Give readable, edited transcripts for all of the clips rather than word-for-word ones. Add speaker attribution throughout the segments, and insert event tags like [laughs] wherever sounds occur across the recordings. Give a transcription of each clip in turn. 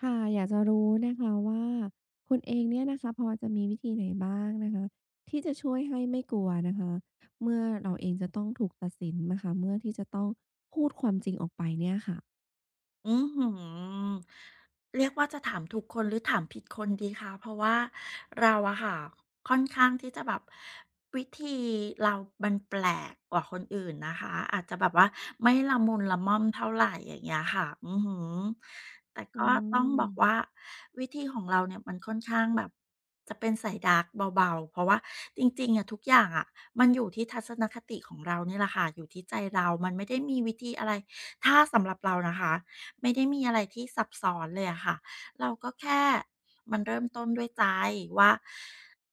Speaker 1: ค่ะอยากจะรู้นะคะว่าคุณเองเนี่ยนะคะพอจะมีวิธีไหนบ้างนะคะที่จะช่วยให้ไม่กลัวนะคะเมื่อเราเองจะต้องถูกตัดสินนะคะเมื่อที่จะต้องพูดความจริงออกไปเนี่ยค่ะ
Speaker 2: อือหือเรียกว่าจะถามถูกคนหรือถามผิดคนดีคะเพราะว่าเราอะค่ะค่อนข้างที่จะแบบวิธีเรามันแปลกกว่าคนอื่นนะคะอาจจะแบบว่าไม่ละมุนละม่อมเท่าไหร่อย่างเงี้ยค่ะอือฮึแต่
Speaker 1: อื
Speaker 2: ก็ต้องบ
Speaker 1: ม
Speaker 2: อกว่าวิธีของเราเนี่ยมันค่อนข้างแบบจะเป็นสายดาร์กเบาๆเพราะว่าจริงๆอะทุกอย่างอะมันอยู่ที่ทัศนคติของเรานี่แหละค่ะอยู่ที่ใจเรามันไม่ได้มีวิธีอะไรถ้าสำหรับเรานะคะ ไม่ได้มีอะไรที่ซับซ้อนเลยอะค่ะ เราก็แค่มันเริ่มต้นด้วยใจว่า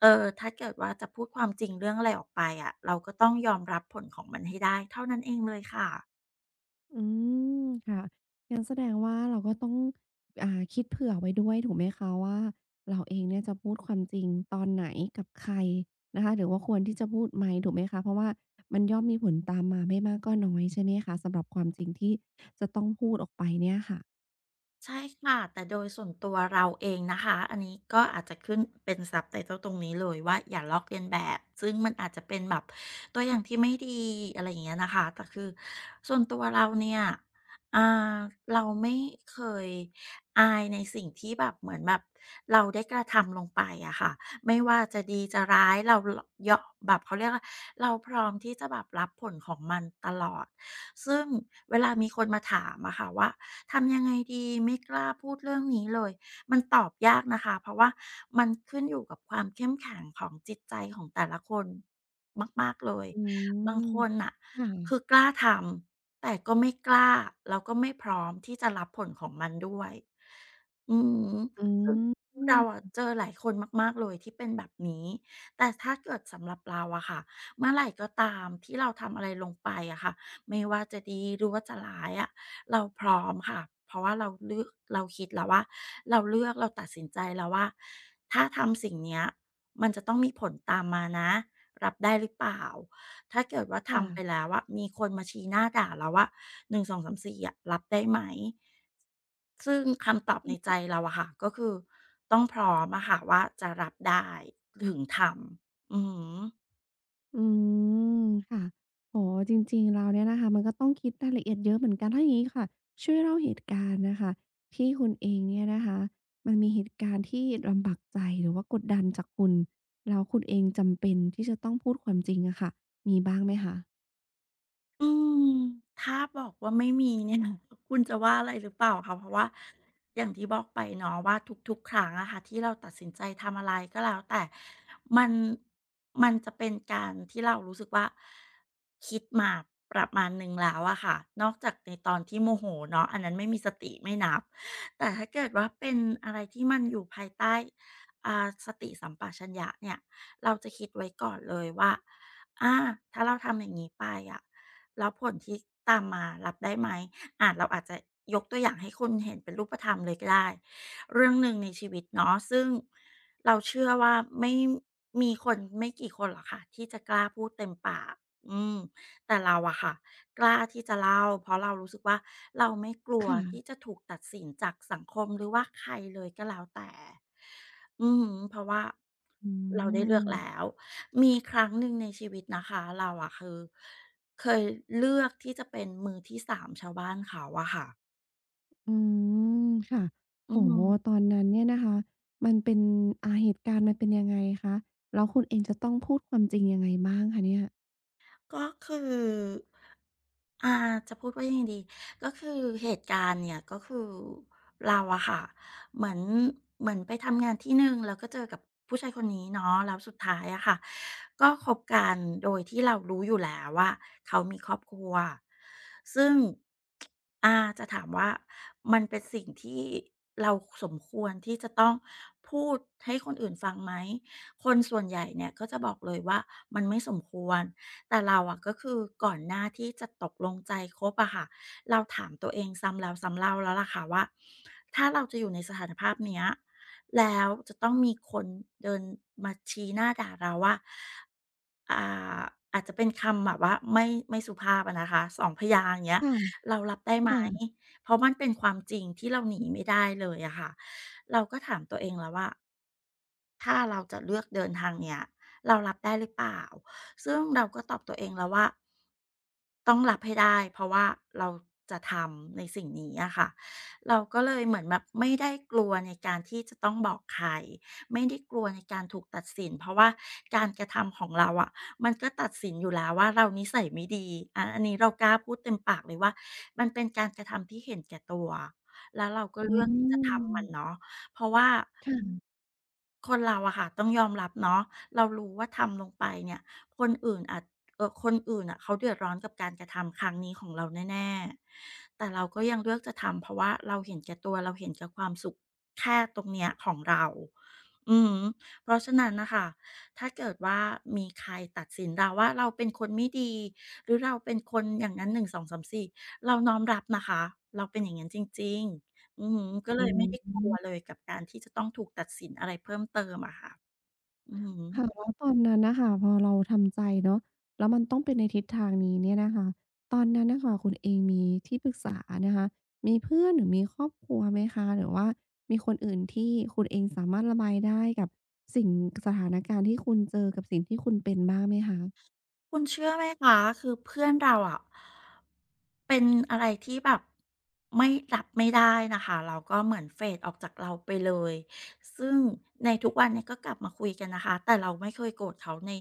Speaker 2: เออถ้าเกิดว่าจะพูดความจริงเรื่องอะไรออกไปอะเราก็ต้องยอมรับผลของมันให้ได้เท่านั้นเองเลยค่ะ
Speaker 1: อืมค่ะงั้นแสดงว่าเราก็ต้องคิดเผื่อไว้ด้วยถูกไหมคะว่าเราเองเนี่ยจะพูดความจริงตอนไหนกับใครนะคะหรือว่าควรที่จะพูดไหมถูกไหมคะเพราะว่ามันย่อมมีผลตามมาไม่มากก็น้อยใช่ไหมคะสำหรับความจริงที่จะต้องพูดออกไปเนี่ยค่ะ
Speaker 2: ใช่ค่ะแต่โดยส่วนตัวเราเองนะคะอันนี้ก็อาจจะขึ้นเป็น s u b t i t l ลตรงนี้เลยว่าอย่าลอกเลียนแบบซึ่งมันอาจจะเป็นแบบตัวอย่างที่ไม่ดีอะไรอย่างเงี้ยนะคะแต่คือส่วนตัวเราเนี่ยอ่าเราไม่เคยอายในสิ่งที่แบบเหมือนแบบเราได้กระทำลงไปอะค่ะไม่ว่าจะดีจะร้ายเราลยาะแบบเขาเรียกว่าเราพร้อมที่จะแบบรับผลของมันตลอด ซึ่งเวลามีคนมาถามอะค่ะว่าทำยังไงดีไม่กล้าพูดเรื่องนี้เลยมันตอบยากนะคะเพราะว่ามันขึ้นอยู่กับความเข้มแข็งของจิตใจของแต่ละคนมากๆเลย
Speaker 1: อื
Speaker 2: บาง
Speaker 1: ม
Speaker 2: คนน่ะ
Speaker 1: ค่ะ
Speaker 2: คือกล้าทำแต่ก็ไม่กล้าแล้วก็ไม่พร้อมที่จะรับผลของมันด้วยอือฮึ
Speaker 1: อื
Speaker 2: ซึ่งเรา
Speaker 1: ม
Speaker 2: อะเจอหลายคนมากๆเลยที่เป็นแบบนี้แต่ถ้าเกิดสำหรับเราอะค่ะเมื่อไรก็ตามที่เราทำอะไรลงไปอะค่ะ ไม่ว่าจะดีหรือว่าจะร้ายอะเราพร้อมค่ะเพราะว่าเราเลือกเราคิดแล้วว่าเราเลือกเราตัดสินใจแล้วว่าถ้าทำสิ่งเนี้ยมันจะต้องมีผลตามมานะรับได้หรือเปล่าถ้าเกิดว่า
Speaker 1: ค
Speaker 2: ทำไป
Speaker 1: ่ะ
Speaker 2: แล้วอะมีคนมาชี้หน้าด่าเราว่า1 2 3 4อะรับได้ไหมซึ่งคำตอบในใจเราอะค่ะก็คือต้องพร้อมอะค่ะว่าจะรับได้ถึงทำอือหือ
Speaker 1: อืมค่ะอ๋อจริงๆแล้วเนี่ยนะคะมันก็ต้องคิดรายละเอียดเยอะเหมือนกันถ้าอย่างงี้ค่ะช่วยเล่าเหตุการณ์น่ะค่ะที่คุณเองเนี่ยนะคะมันมีเหตุการณ์ที่ลำบากใจหรือว่ากดดันจากคุณแล้วคุณเองจำเป็นที่จะต้องพูดความจริงอะค่ะมีบ้างไหมคะ
Speaker 2: อืมถ้าบอกว่าไม่มีเนี่ย [laughs] คุณจะว่าอะไรหรือเปล่าคะเพราะว่าอย่างที่บอกไปเนาะว่าทุกๆครั้งอะค่ะที่เราตัดสินใจทำอะไรก็แล้วแต่มันมันจะเป็นการที่เรารู้สึกว่าคิดมาประมาณหนึ่งแล้วอะค่ะนอกจากในตอนที่โมโหเนาะอันนั้นไม่มีสติไม่นับแต่ถ้าเกิดว่าเป็นอะไรที่มันอยู่ภายใต้สติสัมปชัญญะเนี่ยเราจะคิดไว้ก่อนเลยว่าอาถ้าเราทำอย่างนี้ไปอะ แล้วผลที่ตามมารับได้ไหมเราอาจจะยกตัวอย่างให้คุณเห็นเป็นรูปธรรมเลยก็ได้ เรื่องหนึ่งในชีวิตเนาะซึ่งเราเชื่อว่าไม่มีคนไม่กี่คนหรอกค่ะที่จะกล้าพูดเต็มปากอืมแต่เราอะค่ะกล้าที่จะเล่าเพราะเรารู้สึกว่าเราไม่กลัว
Speaker 1: ค่ะ
Speaker 2: ที่จะถูกตัดสินจากสังคมหรือว่าใครเลยก็แล้วแต่อือฮึเพราะว่า
Speaker 1: อื
Speaker 2: เราได้เลือกแล้
Speaker 1: ม
Speaker 2: ว มีครั้งหนึ่งในชีวิตนะคะเราอะคือ เคยเลือกที่จะเป็นมือที่สามชาวบ้านเขาอะค่ะ
Speaker 1: อืมค่ะ
Speaker 2: อื
Speaker 1: โอ้โฮ
Speaker 2: ม
Speaker 1: ตอนนั้นเนี่ยนะคะมันเป็นเหตุการณ์มันเป็นยังไงคะแล้วคุณเองจะต้องพูดความจริงยังไงบ้างคะเนี่ย
Speaker 2: ก็คืออาจะพูดว่ายังไงดีก็คือเหตุการณ์เนี่ยก็คือเราอะค่ะเหมือนเหมือนไปทำงานที่หนึ่งแล้วก็เจอกับผู้ชายคนนี้เนาะแล้วสุดท้ายอะค่ะก็คบกันโดยที่เรารู้อยู่แล้วว่าเขามีครอบครัวซึ่งจะถามว่ามันเป็นสิ่งที่เราสมควรที่จะต้องพูดให้คนอื่นฟังไหมคนส่วนใหญ่เนี่ยก็จะบอกเลยว่ามันไม่สมควร แต่เราอะก็คือก่อนหน้าที่จะตกลงใจคบอะค่ะเราถามตัวเองซ้ำแล้วซ้ำเล่าแล้วล่ะค่ะว่าถ้าเราจะอยู่ในสถานภาพเนี้ยแล้วจะต้องมีคนเดินมาชี้หน้าด่าเราว่าอ่าอาจจะเป็นคำแบบว่าไม่สุภาพอะนะคะ2 พยางค์อย่างเงี้ย
Speaker 1: ค่ะ
Speaker 2: เรารับได้ไหม
Speaker 1: ค่ะ
Speaker 2: เพราะมันเป็นความจริงที่เราหนีไม่ได้เลยอะค่ะเราก็ถามตัวเองแล้วว่า ถ้าเราจะเลือกเดินทางเนี้ยเรารับได้หรือเปล่าซึ่งเราก็ตอบตัวเองแล้วว่าต้องรับให้ได้เพราะว่าเราจะทำในสิ่งนี้อะค่ะเราก็เลยเหมือนแบบไม่ได้กลัวในการที่จะต้องบอกใครไม่ได้กลัวในการถูกตัดสินเพราะว่าการกระทำของเราอะมันก็ตัดสินอยู่แล้วว่าเรานิสัยไม่ดีอาอันนี้เรากล้าพูดเต็มปากเลยว่ามันเป็นการกระทำที่เห็นแก่ตัวแล้วเราก็
Speaker 1: อื
Speaker 2: เลือกที่จะทำมัน
Speaker 1: ม
Speaker 2: เนาะเพราะว่า
Speaker 1: ค่ะ
Speaker 2: คนเราอะค่ะต้องยอมรับเนาะเรารู้ว่าทำลงไปเนี่ยคนอื่นอาจคนอื่นอ่ะเขาเดือดร้อนกับการกระทำครั้งนี้ของเราแน่ๆแต่เราก็ยังเลือกจะทำเพราะว่าเราเห็นแก่ตัวเราเห็นแก่ความสุขแค่ตรงเนี้ยของเราอืมเพราะฉะนั้นนะคะถ้าเกิดว่ามีใครตัดสินเราว่าเราเป็นคนไม่ดีหรือเราเป็นคนอย่างงั้น1 2 3 4เราน้อมรับนะคะเราเป็นอย่างนั้นจริงๆ อือฮึก็เล
Speaker 1: อ๋
Speaker 2: ยไม่ได้กลัว
Speaker 1: อ
Speaker 2: เลยกับการที่จะต้องถูกตัดสินอะไรเพิ่มเติมอะค่ะอือฮึ
Speaker 1: ค่ะแล้วตอนนั้นน่ะค่ะ พอเราทำใจเนาะแล้วมันต้องเป็นในทิศทางนี้เนี่ยนะคะตอนนั้นน่ะค่ะคุณเองมีที่ปรึกษานะคะมีเพื่อนหรือมีครอบครัวไหมคะหรือว่ามีคนอื่นที่คุณเองสามารถระบายได้กับสิ่งสถานการณ์ที่คุณเจอกับสิ่งที่คุณเป็นบ้างไหมคะ
Speaker 2: คุณเชื่อไหมคะคือเพื่อนเราอ่ะเป็นอะไรที่แบบไม่รับไม่ได้นะคะเราก็เหมือนเฟดออกจากเราไปเลยซึ่งในทุกวันเนี่ยก็กลับมาคุยกันนะคะแต่เราไม่เคยโกรธเขาใน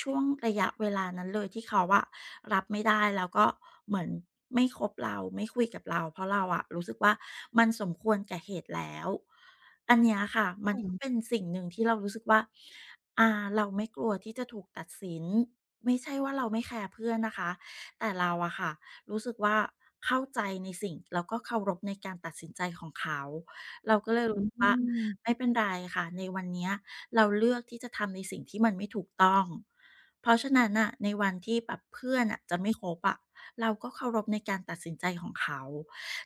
Speaker 2: ช่วงระยะเวลานั้นเลยที่เขาอะรับไม่ได้แล้วก็เหมือนไม่คบเราไม่คุยกับเราเพราะเราอะรู้สึกว่ามันสมควรแก่เหตุแล้วอันเนี้ยค่ะมันก็เป็นสิ่งหนึ่งที่เรารู้สึกว่าอ่าเราไม่กลัวที่จะถูกตัดสิน ไม่ใช่ว่าเราไม่แคร์เพื่อนนะคะแต่เราอะค่ะรู้สึกว่าเข้าใจในสิ่งแล้วก็เคารพในการตัดสินใจของเขาเราก็เลย
Speaker 1: อื
Speaker 2: รู้สึกว่า
Speaker 1: ม
Speaker 2: ไม่เป็นไรค่ะในวันเนี้ยเราเลือกที่จะทำในสิ่งที่มันไม่ถูกต้องเพราะฉะนั้นน่ะในวันที่แบบเพื่อนอะจะไม่คบอะเราก็เคารพในการตัดสินใจของเขา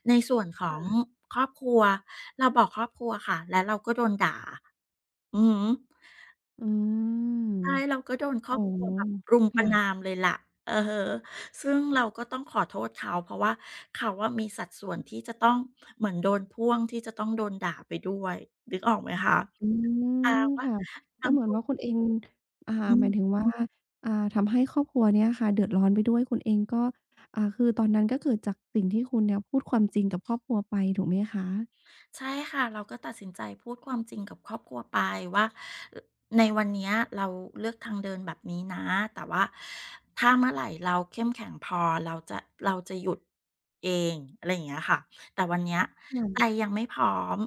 Speaker 2: ในส่วนของครอบครัวเราบอกครอบครัวค่ะและเราก็โดนด่าอือฮึ
Speaker 1: อืม
Speaker 2: ใช่เราก็โดนครอ
Speaker 1: โอ๋
Speaker 2: บครัวแบบรุมประณาม
Speaker 1: ค่ะ
Speaker 2: เลยล่ะอือฮึซึ่งเราก็ต้องขอโทษเขาเพราะว่าเขาอะมีสัดส่วนที่จะต้องเหมือนโดนพ่วงที่จะต้องโดนด่าไปด้วยนึกออกไหมคะ
Speaker 1: อื
Speaker 2: อา
Speaker 1: ม
Speaker 2: ว่า
Speaker 1: ค่ะ
Speaker 2: บา
Speaker 1: ก็
Speaker 2: ง
Speaker 1: เหมื
Speaker 2: ค
Speaker 1: อน
Speaker 2: น
Speaker 1: ว่าคุณเองอ่า
Speaker 2: อื
Speaker 1: หมายถึง
Speaker 2: ม
Speaker 1: ว่าทำให้ครอบครัวเนี้ยค่ะเดือดร้อนไปด้วยคุณเองก็คือตอนนั้นก็เกิดจากสิ่งที่คุณเนี่ยพูดความจริงกับครอบครัวไปถูกไหมคะ
Speaker 2: ใช่ค่ะเราก็ตัดสินใจพูดความจริงกับครอบครัวไปว่าในวันเนี้ยเราเลือกทางเดินแบบนี้นะแต่ว่าถ้าเมื่อไหร่เราเข้มแข็งพอเราจะเราจะหยุดเองอะไรอย่างเงี้ยค่ะแต่วันเนี้ยใจ
Speaker 1: ค่ะ
Speaker 2: ยังไม่พร้อม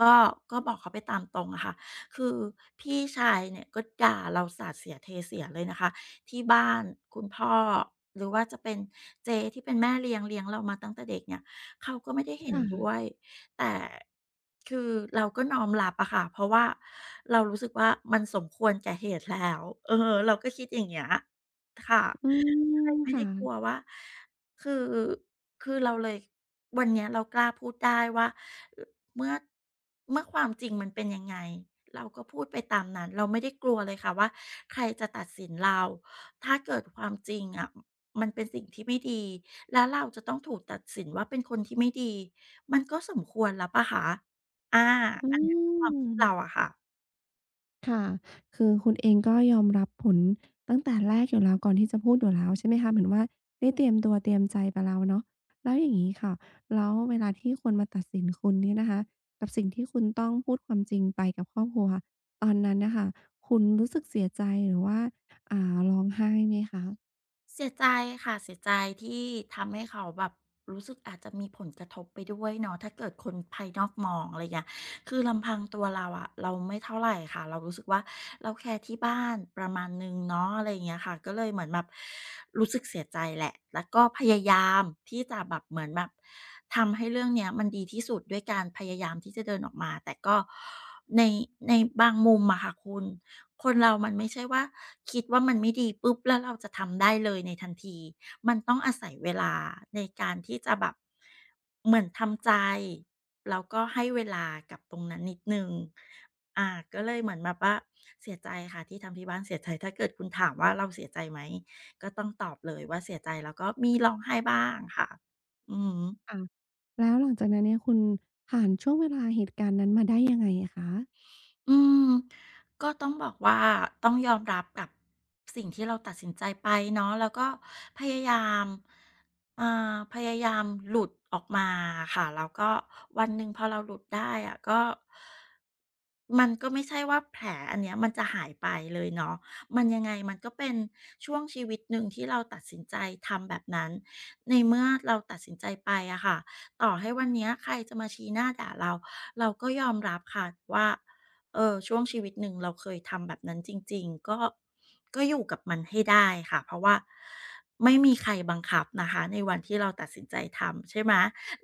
Speaker 2: ก็ก็บอกเขาไปตามตรงอะค่ะคือพี่ชายเนี่ยก็ด่าเราสาดเสียเทเสียเลยนะคะที่บ้านคุณพ่อหรือว่าจะเป็นเจที่เป็นแม่เลี้ยงเรามาตั้งแต่เด็กเนี่ยเขาก็ไม่ได้เห็น
Speaker 1: ค่ะ
Speaker 2: ด้วย แต่คือเราก็น้อมรับอะค่ะเพราะว่าเรารู้สึกว่ามันสมควรแก่เหตุแล้วเออเราก็คิดอย่างเงี้ยค่ะ
Speaker 1: อื
Speaker 2: ก็เล
Speaker 1: ม
Speaker 2: ยไม่ได้
Speaker 1: ค่ะ
Speaker 2: กลัวว่าคือคือเราเลยวันเนี้ยเรากล้าพูดได้ว่าอเมื่อเมื่อความจริงมันเป็นยังไงเราก็พูดไปตามนั้นเราไม่ได้กลัวเลยค่ะว่าใครจะตัดสินเราถ้าเกิดความจริงอะมันเป็นสิ่งที่ไม่ดี แล้วเราจะต้องถูกตัดสินว่าเป็นคนที่ไม่ดี มันก็สมควรแล้วเปล่าคะอา
Speaker 1: อื
Speaker 2: อันเนี้ยคือความคิดเรา
Speaker 1: ม
Speaker 2: อะค่ะ
Speaker 1: ค่ะคือคุณเองก็ยอมรับผลตั้งแต่แรกอยู่แล้วก่อนที่จะพูดอยู่แล้วใช่ไหมคะ เหมือนว่าได้เตรียมตัวเตรียมใจไปแล้วเนาะแล้วอย่างงี้ค่ะ แล้วเวลาที่คนมาตัดสินคุณเนี่ยนะคะ กับสิ่งที่คุณต้องพูดความจริงไปกับครอบครัวตอนนั้นน่ะค่ะคุณรู้สึกเสียใจหรือว่าร้องไห้ไหมคะ
Speaker 2: เสียใจค่ะเสียใจที่ทำให้เขาแบบรู้สึกอาจจะมีผลกระทบไปด้วยเนาะถ้าเกิดคนภายนอกมองอะไรเงี้ยคือลำพังตัวเราอะเราไม่เท่าไรค่ะเรารู้สึกว่าเราแคร์ที่บ้านประมาณหนึ่งเนาะอะไรอย่างเงี้ยค่ะก็เลยเหมือนแบบรู้สึกเสียใจแหละแล้วก็พยายามที่จะแบบเหมือนแบบทำให้เรื่องเนี้ยมันดีที่สุดด้วยการพยายามที่จะเดินออกมาแต่ก็ในในบางมุมอะค่ะคุณ คนเรามันไม่ใช่ว่าคิดว่ามันไม่ดีปุ๊บแล้วเราจะทำได้เลยในทันทีมันต้องอาศัยเวลาในการที่จะแบบเหมือนทำใจแล้วก็ให้เวลากับตรงนั้นนิดหนึ่งอ่าก็เลยเหมือนแบบว่าเสียใจค่ะที่ทำที่บ้านเสียใจถ้าเกิดคุณถามว่าเราเสียใจไหมก็ต้องตอบเลยว่าเสียใจแล้วก็มีร้องไห้บ้างค่ะอือฮึ
Speaker 1: ค่ะแล้วหลังจากนั้นเนี่ยคุณผ่านช่วงเวลาเหตุการณ์นั้นมาได้ยังไงอะคะ
Speaker 2: อืมก็ต้องบอกว่าต้องยอมรับกับสิ่งที่เราตัดสินใจไปเนาะแล้วก็พยายามอ่พยายามหลุดออกมาค่ะแล้วก็วันหนึ่งพอเราหลุดได้อะก็มันก็ไม่ใช่ว่าแผลอันเนี้ยมันจะหายไปเลยเนาะมันยังไงมันก็เป็นช่วงชีวิตหนึ่งที่เราตัดสินใจทำแบบนั้นในเมื่อเราตัดสินใจไปอะค่ะต่อให้วันเนี้ยใครจะมาชี้หน้าด่าเราเราก็ยอมรับค่ะว่า เออช่วงชีวิตหนึ่งเราเคยทำแบบนั้นจริงๆก็อยู่กับมันให้ได้ค่ะเพราะว่าไม่มีใครบังคับนะคะในวันที่เราตัดสินใจทำใช่ไหม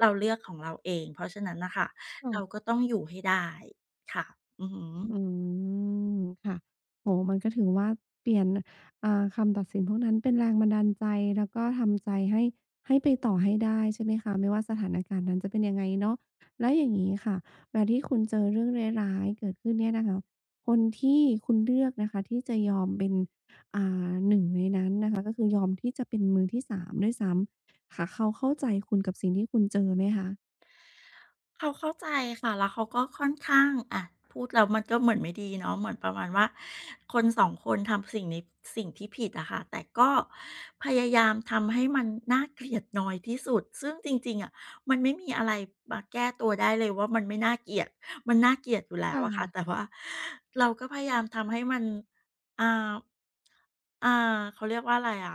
Speaker 2: เราเลือกของเราเองเพราะฉะนั้นน่ะค่ะเราก็
Speaker 1: ค่ะ
Speaker 2: ต้องอยู่ให้ได้ค่ะอือฮึ
Speaker 1: อืมค่ะโอ้โฮมันก็ถือว่าเปลี่ยนคำตัดสินพวกนั้นเป็นแรงบันดาลใจแล้วก็ทำใจให้ให้ไปต่อให้ได้ใช่ไหมคะไม่ว่าสถานการณ์นั้นจะเป็นยังไงเนาะแล้วอย่างงี้ค่ะเวลาที่คุณเจอเรื่องร้ายๆเกิดขึ้นเนี่ยนะคะคนที่คุณเลือกนะคะที่จะยอมเป็นอ่หนึ่งในนั้นนะคะก็คือยอมที่จะเป็นมือที่3ด้วยซ้ำค่ะเขาเข้าใจคุณกับสิ่งที่คุณเจอไหมคะ
Speaker 2: เขาเข้าใจค่ะแล้วเขาก็ค่อนข้างอะพูดแล้วมันก็เหมือนไม่ดีเนาะเหมือนประมาณว่าคน2คนทำสิ่งนี้สิ่งที่ผิดอะค่ะแต่ก็พยายามทำให้มันน่าเกลียดน้อยที่สุดซึ่งจริงๆอะมันไม่มีอะไรมาแก้ตัวได้เลยว่ามันไม่น่าเกลียดมันน่าเกลียดอยู่แล้
Speaker 1: ค่
Speaker 2: วอะค่ะแต่
Speaker 1: ะ
Speaker 2: ว่าเราก็พยายามทำให้มันอ่าอ่าเขาเรียกว่าอะไรอะ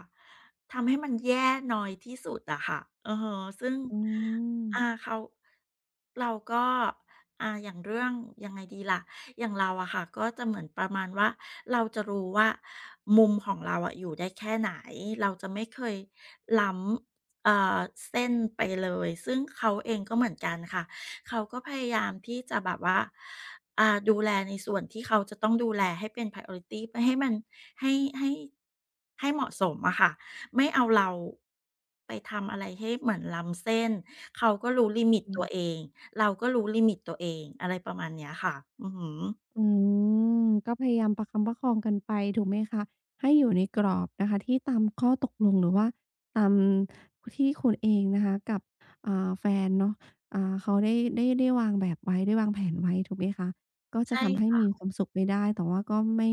Speaker 2: ทำให้มันแย่น้อยที่สุดอะค่ะอือฮึซึ่ง
Speaker 1: อืม
Speaker 2: อ่าเขาเราก็อ่าอย่างเรื่องยังไงดีล่ะอย่างเราอะค่ะก็จะเหมือนประมาณว่าเราจะรู้ว่ามุมของเราอะอยู่ได้แค่ไหนเราจะไม่เคยล้ำเส้นไปเลยซึ่งเขาเองก็เหมือนกันค่ะเขาก็พยายามที่จะแบบว่าอ่าดูแลในส่วนที่เขาจะต้องดูแลให้เป็น priority ไปให้มันให้ให้ให้เหมาะสมอะค่ะ ไม่เอาเราไปทำอะไรให้เหมือนล้ำเส้นเขาก็รู้ลิมิตตัวเองเราก็รู้ลิมิตตัวเองอะไรประมาณเนี้ยค่ะอือฮึ
Speaker 1: อืมก็พยายามประคับประคองกันไปถูกไหมคะให้อยู่ในกรอบนะคะที่ตามข้อตกลงหรือว่าตามที่คุณเองนะคะกับแฟนเนาะอ่าเขาได้วางแบบไว้ได้วางแผนไว้ถูกไหมคะก็
Speaker 2: ใ
Speaker 1: จะทำให้
Speaker 2: ช่
Speaker 1: มีความสุขไปได้แต่ว่าก็ไม่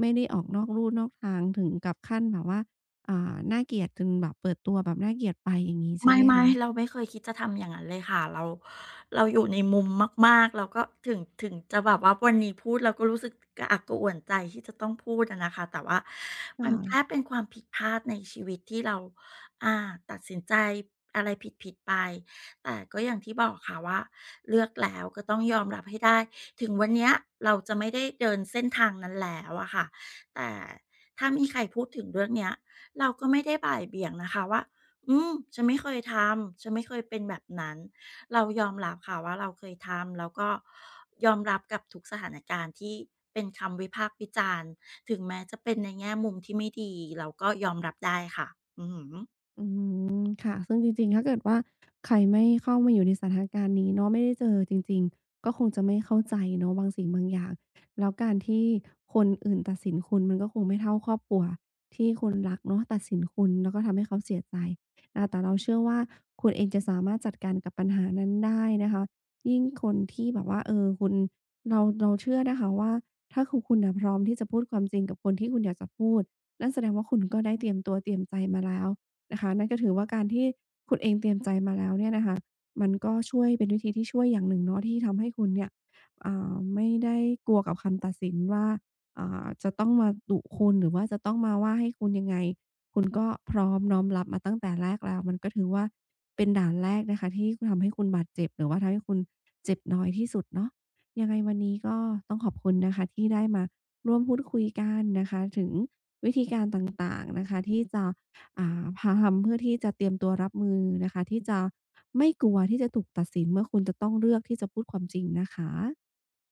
Speaker 1: ไม่ได้ออกนอกลู่นอกทางถึงกับขั้นแบบว่าน่าเกลียดจนแบบเปิดตัวแบบน่าเกลียดไปอย่างงี้
Speaker 2: ไ
Speaker 1: ใช่ไหม
Speaker 2: ม่
Speaker 1: คะ
Speaker 2: ๆเราไม่เคยคิดจะทำอย่างนั้นเลยค่ะเราอยู่ในมุมมากๆเล้วก็ถึงจะแบบว่าวันนี้พูดเราก็รู้สึกกระอักกระอ่วนใจที่จะต้องพูดอะนะคะแต่ว่ามันแค่
Speaker 1: ค่ะ
Speaker 2: เป็นความผิดพลาดในชีวิตที่เราอ่าตัดสินใจอะไรผิดๆไปแต่ก็อย่างที่บอกค่ะว่าเลือกแล้วก็ต้องยอมรับให้ได้ถึงวันเนี้ยเราจะไม่ได้เดินเส้นทางนั้นแล้วอะค่ะแต่ถ้ามีใครพูดถึงเรื่องเนี้ยเราก็ไม่ได้บ่ายเบี่ยงนะคะว่า อืมฉันไม่เคยทำ ฉันไม่เคยเป็นแบบนั้น เรายอมรับค่ะว่าเราเคยทำ แล้วก็ยอมรับกับทุกสถานการณ์ที่เป็นคำวิพากษ์วิจารณ์ถึงแม้จะเป็นในแง่มุมที่ไม่ดีเราก็ยอมรับได้ค่ะอือฮึ
Speaker 1: อืมค่ะซึ่งจริงๆ ถ้าเกิดว่าใครไม่เข้ามาอยู่ในสถานการณ์นี้เนาะไม่ได้เจอจริงๆก็คงจะไม่เข้าใจเนาะบางสิ่งบางอย่างแล้วการที่คนอื่นตัดสินคุณมันก็คงไม่เท่าครอบครัวที่คุณรักเนาะตัดสินคุณแล้วก็ทำให้เขาเสียใจอาแต่เราเชื่อว่าคุณเองจะสามารถจัดการกับปัญหานั้นได้นะคะยิ่งคนที่แบบว่าเออคุณเราเชื่อนะคะว่าถ้าคือคุณน่ะพร้อมที่จะพูดความจริงกับคนที่คุณอยากจะพูดนั่นแสดงว่าคุณก็ได้เตรียมตัวเตรียมใจมาแล้ว นะคะนั่นก็ถือว่าการที่คุณเองเตรียมใจมาแล้วเนี่ยนะคะมันก็ช่วยเป็นวิธีที่ช่วยอย่างหนึ่งเนาะที่ทำให้คุณเนี่ยไม่ได้กลัวกับคำตัดสินว่าจะต้องมาดุคุณหรือว่าจะต้องมาว่าให้คุณยังไงคุณก็พร้อมน้อมรับมาตั้งแต่แรกแล้วมันก็ถือว่าเป็นด่านแรกนะคะที่ทำให้คุณบาดเจ็บหรือว่าทำให้คุณเจ็บน้อยที่สุดเนาะยังไงวันนี้ก็ต้องขอบคุณนะคะที่ได้มาร่วมพูดคุยกันนะคะถึงวิธีการต่างๆนะคะที่จะ พาทำเพื่อที่จะเตรียมตัวรับมือนะคะที่จะไม่กลัวที่จะถูกตัดสินเมื่อคุณจะต้องเลือกที่จะพูดความจริงนะคะ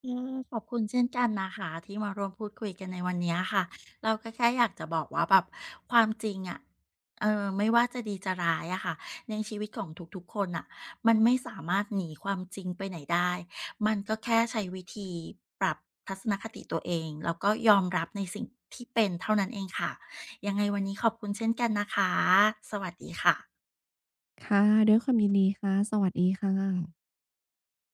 Speaker 2: เออขอบคุณเช่นกันนะคะที่มาร่วมพูดคุยกันในวันนี้ค่ะเราก็แค่อยากจะบอกว่าแบบความจริงอะเออไม่ว่าจะดีจะร้ายอะค่ะในชีวิตของทุกๆคนอ่ะมันไม่สามารถหนีความจริงไปไหนได้มันก็แค่ใช้วิธีปรับทัศนคติตัวเองแล้วก็ยอมรับในสิ่งที่เป็นเท่านั้นเองค่ะยังไงวันนี้ขอบคุณเช่นกันนะคะสวัสดีค่ะ
Speaker 1: ค่ะด้วยความยินดีค่ะสวัสดีค่ะ